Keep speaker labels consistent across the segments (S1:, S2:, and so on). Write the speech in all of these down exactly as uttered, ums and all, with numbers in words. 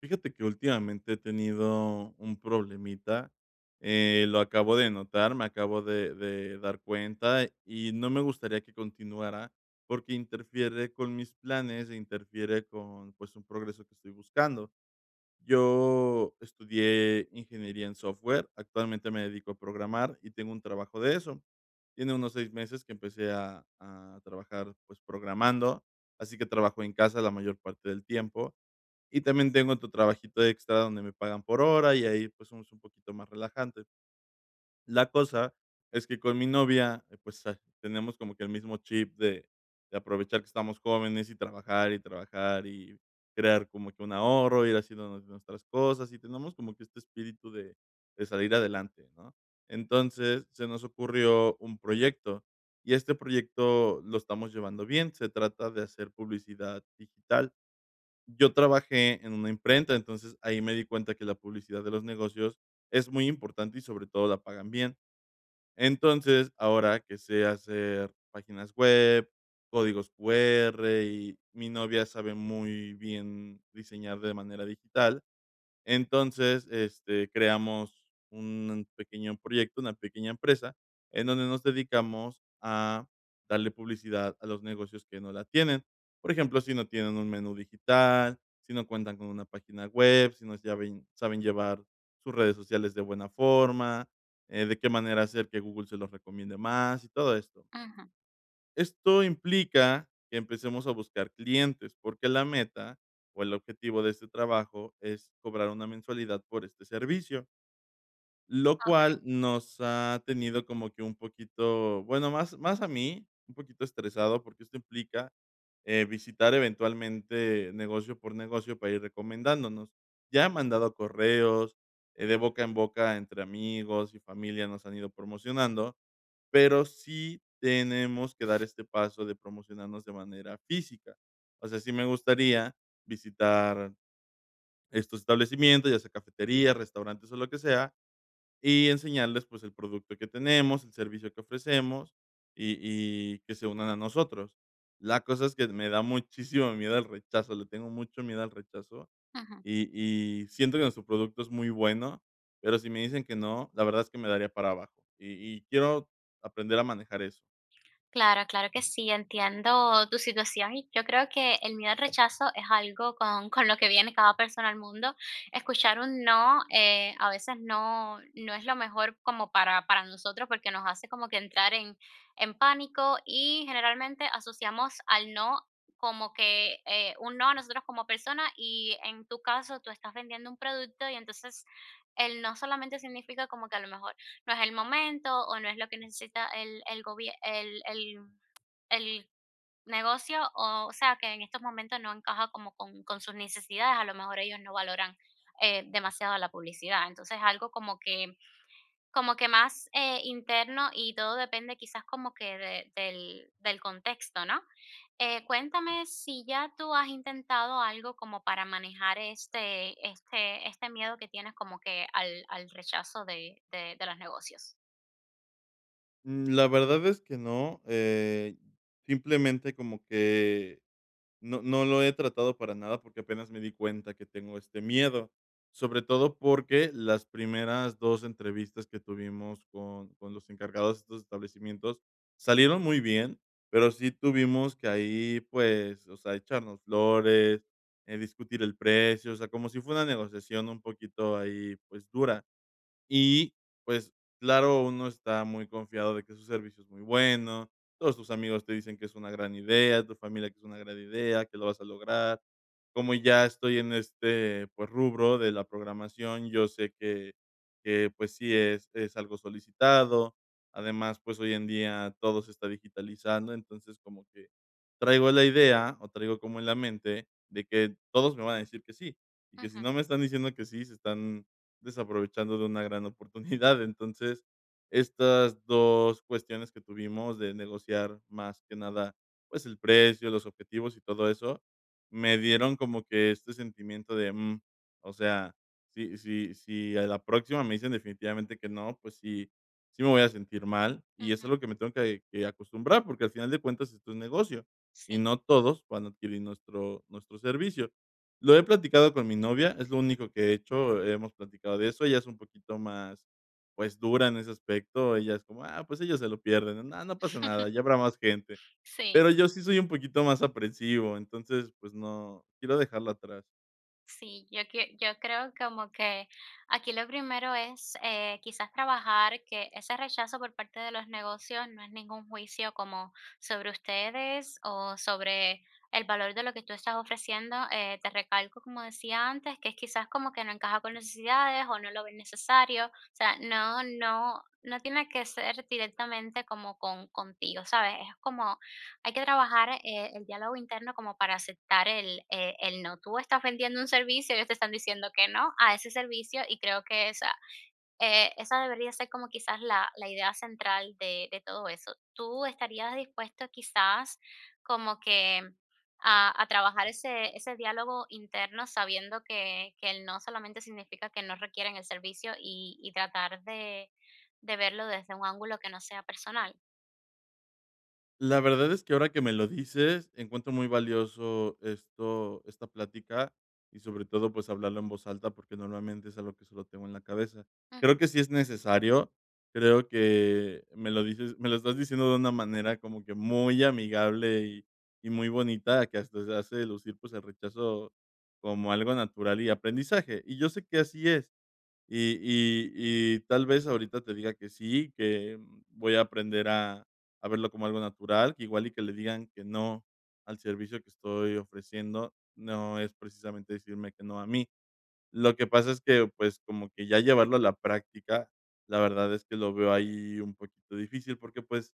S1: Fíjate que últimamente he tenido un problemita, eh, lo acabo de notar, me acabo de de dar cuenta, y no me gustaría que continuara, porque interfiere con mis planes e interfiere con, pues, un progreso que estoy buscando. Yo estudié ingeniería en software, actualmente me dedico a programar y tengo un trabajo de eso. Tiene unos seis meses que empecé a a trabajar, pues, programando, así que trabajo en casa la mayor parte del tiempo. Y también tengo otro trabajito extra donde me pagan por hora y ahí, pues, somos un poquito más relajantes. La cosa es que con mi novia, eh, pues, ah, tenemos como que el mismo chip de de aprovechar que estamos jóvenes y trabajar, y trabajar, y crear como que un ahorro, ir haciendo nues nuestras cosas, y tenemos como que este espíritu de de salir adelante, ¿no? Entonces, se nos ocurrió un proyecto, y este proyecto lo estamos llevando bien, se trata de hacer publicidad digital. Yo trabajé en una imprenta, entonces ahí me di cuenta que la publicidad de los negocios es muy importante y sobre todo la pagan bien. Entonces, ahora que sé hacer páginas web, códigos Q R y mi novia sabe muy bien diseñar de manera digital, entonces, este, creamos un pequeño proyecto, una pequeña empresa, en donde nos dedicamos a darle publicidad a los negocios que no la tienen. Por ejemplo, si no tienen un menú digital, si no cuentan con una página web, si no saben, saben llevar sus redes sociales de buena forma, eh, de qué manera hacer que Google se los recomiende más y todo esto.
S2: Ujú,
S1: Esto implica que empecemos a buscar clientes, porque la meta o el objetivo de este trabajo es cobrar una mensualidad por este servicio, lo
S2: okey,
S1: cual nos ha tenido como que un poquito, bueno, más, más a mí, un poquito estresado, porque esto implica eh, visitar eventualmente negocio por negocio para ir recomendándonos. Ya he mandado correos, eh, de boca en boca entre amigos y familia nos han ido promocionando, pero sí tenemos que dar este paso de promocionarnos de manera física. O sea, sí me gustaría visitar estos establecimientos, ya sea cafeterías, restaurantes o lo que sea, y enseñarles, pues, el producto que tenemos, el servicio que ofrecemos y y que se unan a nosotros. La cosa es que me da muchísimo miedo el rechazo, le tengo mucho miedo al rechazo
S2: ujú.
S1: y y siento que nuestro producto es muy bueno, pero si me dicen que no, la verdad es que me daría para abajo y y quiero aprender a manejar eso.
S2: Claro, claro que sí, entiendo tu situación y yo creo que el miedo al rechazo es algo con con lo que viene cada persona al mundo. Escuchar un no, eh, a veces no no es lo mejor como para para nosotros, porque nos hace como que entrar en en pánico y generalmente asociamos al no como que, eh, un no a nosotros como persona. Y en tu caso, tú estás vendiendo un producto y entonces el no solamente significa como que a lo mejor no es el momento o no es lo que necesita el el gobier el el el negocio, o o sea, que en estos momentos no encaja como con con sus necesidades, a lo mejor ellos no valoran, eh, demasiado la publicidad. Entonces, algo como que como que más, eh, interno, y todo depende quizás como que de del del contexto, ¿no? Eh, cuéntame si ya tú has intentado algo como para manejar este este este miedo que tienes como que al al rechazo de de de los negocios.
S1: Mm, la verdad es que no, eh, simplemente como que no no lo he tratado para nada, porque apenas me di cuenta que tengo este miedo, sobre todo porque las primeras dos entrevistas que tuvimos con con los encargados de estos establecimientos salieron muy bien, pero sí tuvimos que ahí, pues, o sea, echarnos flores, eh, discutir el precio, o sea, como si fuera una negociación un poquito ahí, pues, dura. Y, pues, claro, uno está muy confiado de que su servicio es muy bueno, todos tus amigos te dicen que es una gran idea, tu familia que es una gran idea, que lo vas a lograr. Como ya estoy en este, pues, rubro de la programación, yo sé que que, pues, sí es es algo solicitado. Además, pues, hoy en día todo se está digitalizando, entonces, como que traigo la idea, o traigo como en la mente de que todos me van a decir que sí, y que
S2: Ujú,
S1: si no me están diciendo que sí, se están desaprovechando de una gran oportunidad. Entonces, estas dos cuestiones que tuvimos de negociar más que nada, pues, el precio, los objetivos y todo eso, me dieron como que este sentimiento de, mm, o sea, si si si a la próxima me dicen definitivamente que no, pues sí sí me voy a sentir mal, y
S2: ujú,
S1: eso es lo que me tengo que que acostumbrar, porque al final de cuentas esto es negocio, y
S2: sí,
S1: no todos van a adquirir nuestro nuestro servicio. Lo he platicado con mi novia, es lo único que he hecho, hemos platicado de eso. Ella es un poquito más, pues, dura en ese aspecto. Ella es como: "Ah, pues ellos se lo pierden, no, no pasa nada, ya habrá más gente".
S2: sí,
S1: Pero yo sí soy un poquito más aprensivo, entonces, pues no, quiero dejarla atrás.
S2: sí, yo que yo creo como que aquí lo primero es, eh, quizás trabajar que ese rechazo por parte de los negocios no es ningún juicio como sobre ustedes o sobre el valor de lo que tú estás ofreciendo. Eh, te recalco, como decía antes, que es quizás como que no encaja con necesidades o no lo ven necesario, o sea, no no no tiene que ser directamente como con contigo, ¿sabes? Es como hay que trabajar, eh, el diálogo interno como para aceptar el, eh, el no. Tú estás vendiendo un servicio, ellos te están diciendo que no a ese servicio, y creo que esa, eh, esa debería ser como quizás la, la idea central de, de todo eso. ¿Tú estarías dispuesto quizás como que a, a trabajar ese, ese diálogo interno sabiendo que, que el no solamente significa que no requieren el servicio, y, y tratar de, de verlo desde un ángulo que no sea personal?
S1: La verdad es que ahora que me lo dices, encuentro muy valioso esto esta plática y sobre todo, pues, hablarlo en voz alta, porque normalmente es algo que solo tengo en la cabeza.
S2: Ujú,
S1: Creo que sí es necesario, creo que me lo dices me lo estás diciendo de una manera como que muy amigable y y muy bonita, que hasta se hace lucir, pues, el rechazo como algo natural y aprendizaje. Y yo sé que así es. Y y y tal vez ahorita te diga que sí, que voy a aprender a a verlo como algo natural, que igual y que le digan que no al servicio que estoy ofreciendo, no es precisamente decirme que no a mí. Lo que pasa es que, pues, como que ya llevarlo a la práctica, la verdad es que lo veo ahí un poquito difícil porque, pues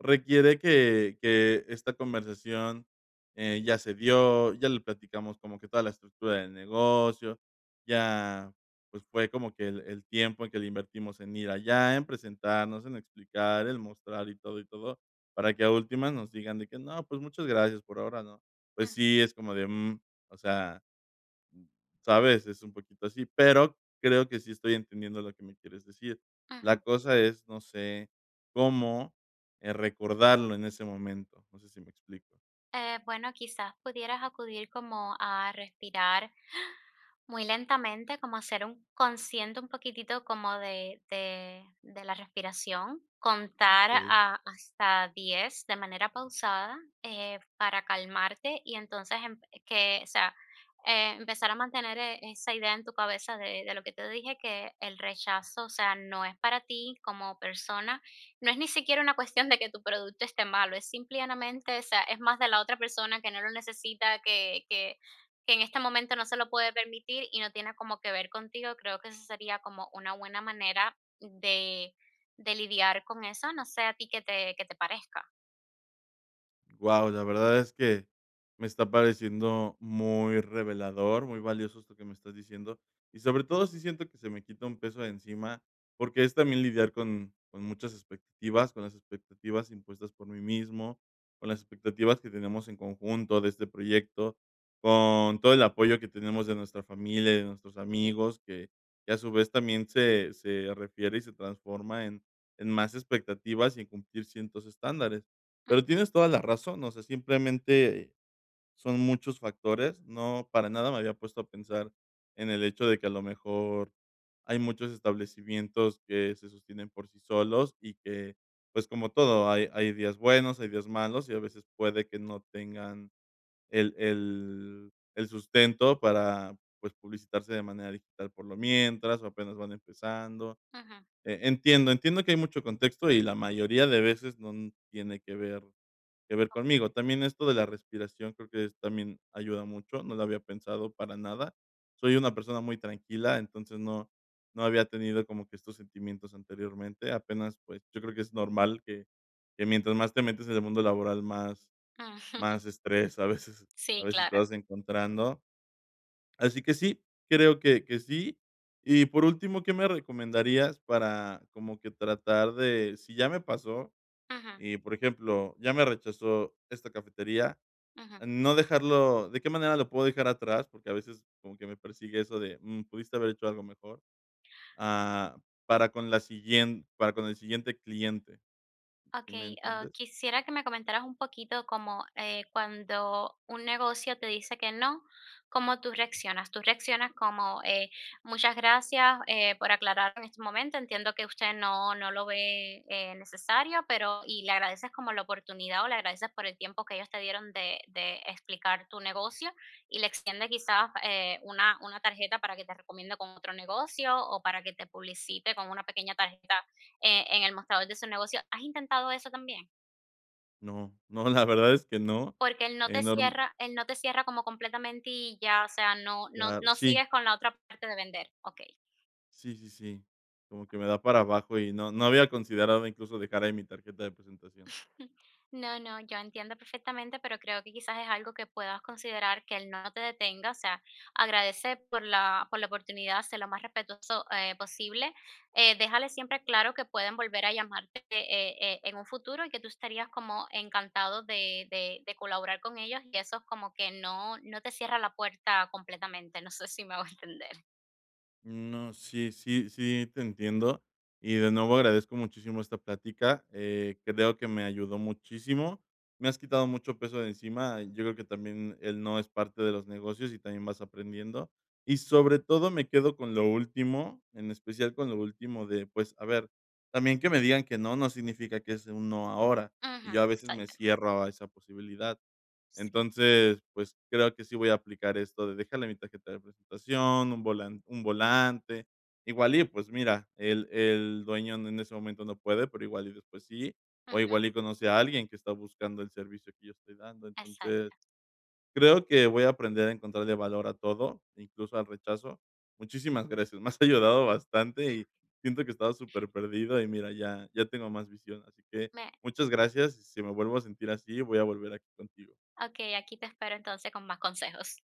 S1: requiere que que esta conversación, eh, ya se dio, ya le platicamos como que toda la estructura del negocio, ya, pues, fue como que el el tiempo en que le invertimos en ir allá, en presentarnos, en explicar, el mostrar y todo, y todo, para que a últimas nos digan de que: "No, pues, muchas gracias, por ahora no". Pues
S2: ujú,
S1: sí, es como de, mm, o sea. ¿Sabes? Es un poquito así, pero creo que sí estoy entendiendo lo que me quieres decir. La
S2: ujú.
S1: cosa es, no sé, cómo, eh, recordarlo en ese momento. No sé si me explico.
S2: Eh, bueno, quizás pudieras acudir como a respirar muy lentamente, como hacer un consciente un poquitito como de de de la respiración, contar
S1: Okey.
S2: a hasta diez de manera pausada, eh, para calmarte y entonces em que, o sea, eh, empezar a mantener e esa idea en tu cabeza de de lo que te dije, que el rechazo, o sea, no es para ti como persona, no es ni siquiera una cuestión de que tu producto esté malo, es simplemente, o sea, es más de la otra persona que no lo necesita, que que que en este momento no se lo puede permitir y no tiene como que ver contigo. Creo que eso sería como una buena manera de, de lidiar con eso, no sé a ti que te, que te parezca.
S1: Wow, la verdad es que me está pareciendo muy revelador, muy valioso esto que me estás diciendo. Y sobre todo sí siento que se me quita un peso de encima, porque es también lidiar con, con muchas expectativas, con las expectativas impuestas por mí mismo, con las expectativas que tenemos en conjunto de este proyecto, con todo el apoyo que tenemos de nuestra familia, de nuestros amigos, que, que a su vez también se, se refiere y se transforma en, en más expectativas y en cumplir ciertos estándares. Pero
S2: Ujú,
S1: tienes toda la razón, o sea, simplemente son muchos factores. No, para nada me había puesto a pensar en el hecho de que a lo mejor hay muchos establecimientos que se sostienen por sí solos y que, pues, como todo, hay hay días buenos, hay días malos y a veces puede que no tengan el el el sustento para, pues, publicitarse de manera digital por lo mientras o apenas van empezando.
S2: ujú,
S1: E entiendo, entiendo que hay mucho contexto y la mayoría de veces no tiene que ver que ver conmigo. También esto de la respiración creo que es también ayuda mucho, no lo había pensado para nada. Soy una persona muy tranquila, entonces no no había tenido como que estos sentimientos anteriormente. Apenas, pues, yo creo que es normal que que mientras más te metes en el mundo laboral, más
S2: ujú.
S1: más estrés a veces a
S2: Sí,
S1: veces te
S2: claro.
S1: vas encontrando. Así que sí, creo que que sí. Y por último, ¿qué me recomendarías para como que tratar de si ya me pasó
S2: Ujú,
S1: y, por ejemplo, ya me rechazó esta cafetería?
S2: ujú.
S1: No dejarlo, ¿de qué manera lo puedo dejar atrás? Porque a veces como que me persigue eso de, mm, pudiste haber hecho algo mejor, ah, para con la siguiente para con el siguiente cliente, ¿sí me
S2: Okey, ah,
S1: entiendes?
S2: quisiera que me comentaras un poquito como, eh, cuando un negocio te dice que no, ¿cómo tú reaccionas? ¿Tú reaccionas como, eh, muchas gracias, eh, por aclarar en este momento? Entiendo que usted no no lo ve, eh, necesario, pero ¿y le agradeces como la oportunidad o le agradeces por el tiempo que ellos te dieron de de explicar tu negocio y le extiende quizás, eh, una una tarjeta para que te recomiende con otro negocio o para que te publicite con una pequeña tarjeta eh, en el mostrador de su negocio? ¿Has intentado eso también?
S1: No, no, la verdad es que no.
S2: Porque él no
S1: Eh,
S2: te
S1: norm
S2: cierra él no te cierra como completamente y ya, o sea, no no
S1: la
S2: no
S1: sí,
S2: sigues con la otra parte de vender. Ok.
S1: sí, sí, sí, como que me da para abajo y no no había considerado incluso dejar ahí mi tarjeta de presentación.
S2: No, no, yo entiendo perfectamente, pero creo que quizás es algo que puedas considerar, que él no te detenga, o sea, agradece por la, por la oportunidad, sé lo más respetuoso eh, posible, eh, déjale siempre claro que pueden volver a llamarte eh, eh, en un futuro, y que tú estarías como encantado de, de- de colaborar con ellos, y eso es como que no, no te cierra la puerta completamente, no sé si me voy a entender.
S1: No, sí, sí, sí, te entiendo. Y de nuevo agradezco muchísimo esta plática. Eh, creo que me ayudó muchísimo. Me has quitado mucho peso de encima. Yo creo que también él no es parte de los negocios y también vas aprendiendo. Y sobre todo me quedo con lo último, en especial con lo último de, pues, a ver, también que me digan que no, no significa que es un no ahora. Y
S2: Ujú,
S1: yo a veces me
S2: exacto,
S1: cierro a esa posibilidad.
S2: sí,
S1: Entonces, pues, creo que sí voy a aplicar esto de dejarle mi tarjeta de presentación, un volan un volante, igual y, pues, mira, el el dueño en ese momento no puede, pero igual y después sí, o
S2: ujú,
S1: igual y conoce a alguien que está buscando el servicio que yo estoy dando. Entonces,
S2: exacto.
S1: creo que voy a aprender a encontrarle valor a todo, incluso al rechazo. Muchísimas gracias, me has ayudado bastante y siento que estaba súper perdido y mira, ya ya tengo más visión. Así que
S2: Me-
S1: muchas gracias, y si me vuelvo a sentir así, voy a volver aquí contigo.
S2: ok, aquí te espero entonces con más consejos.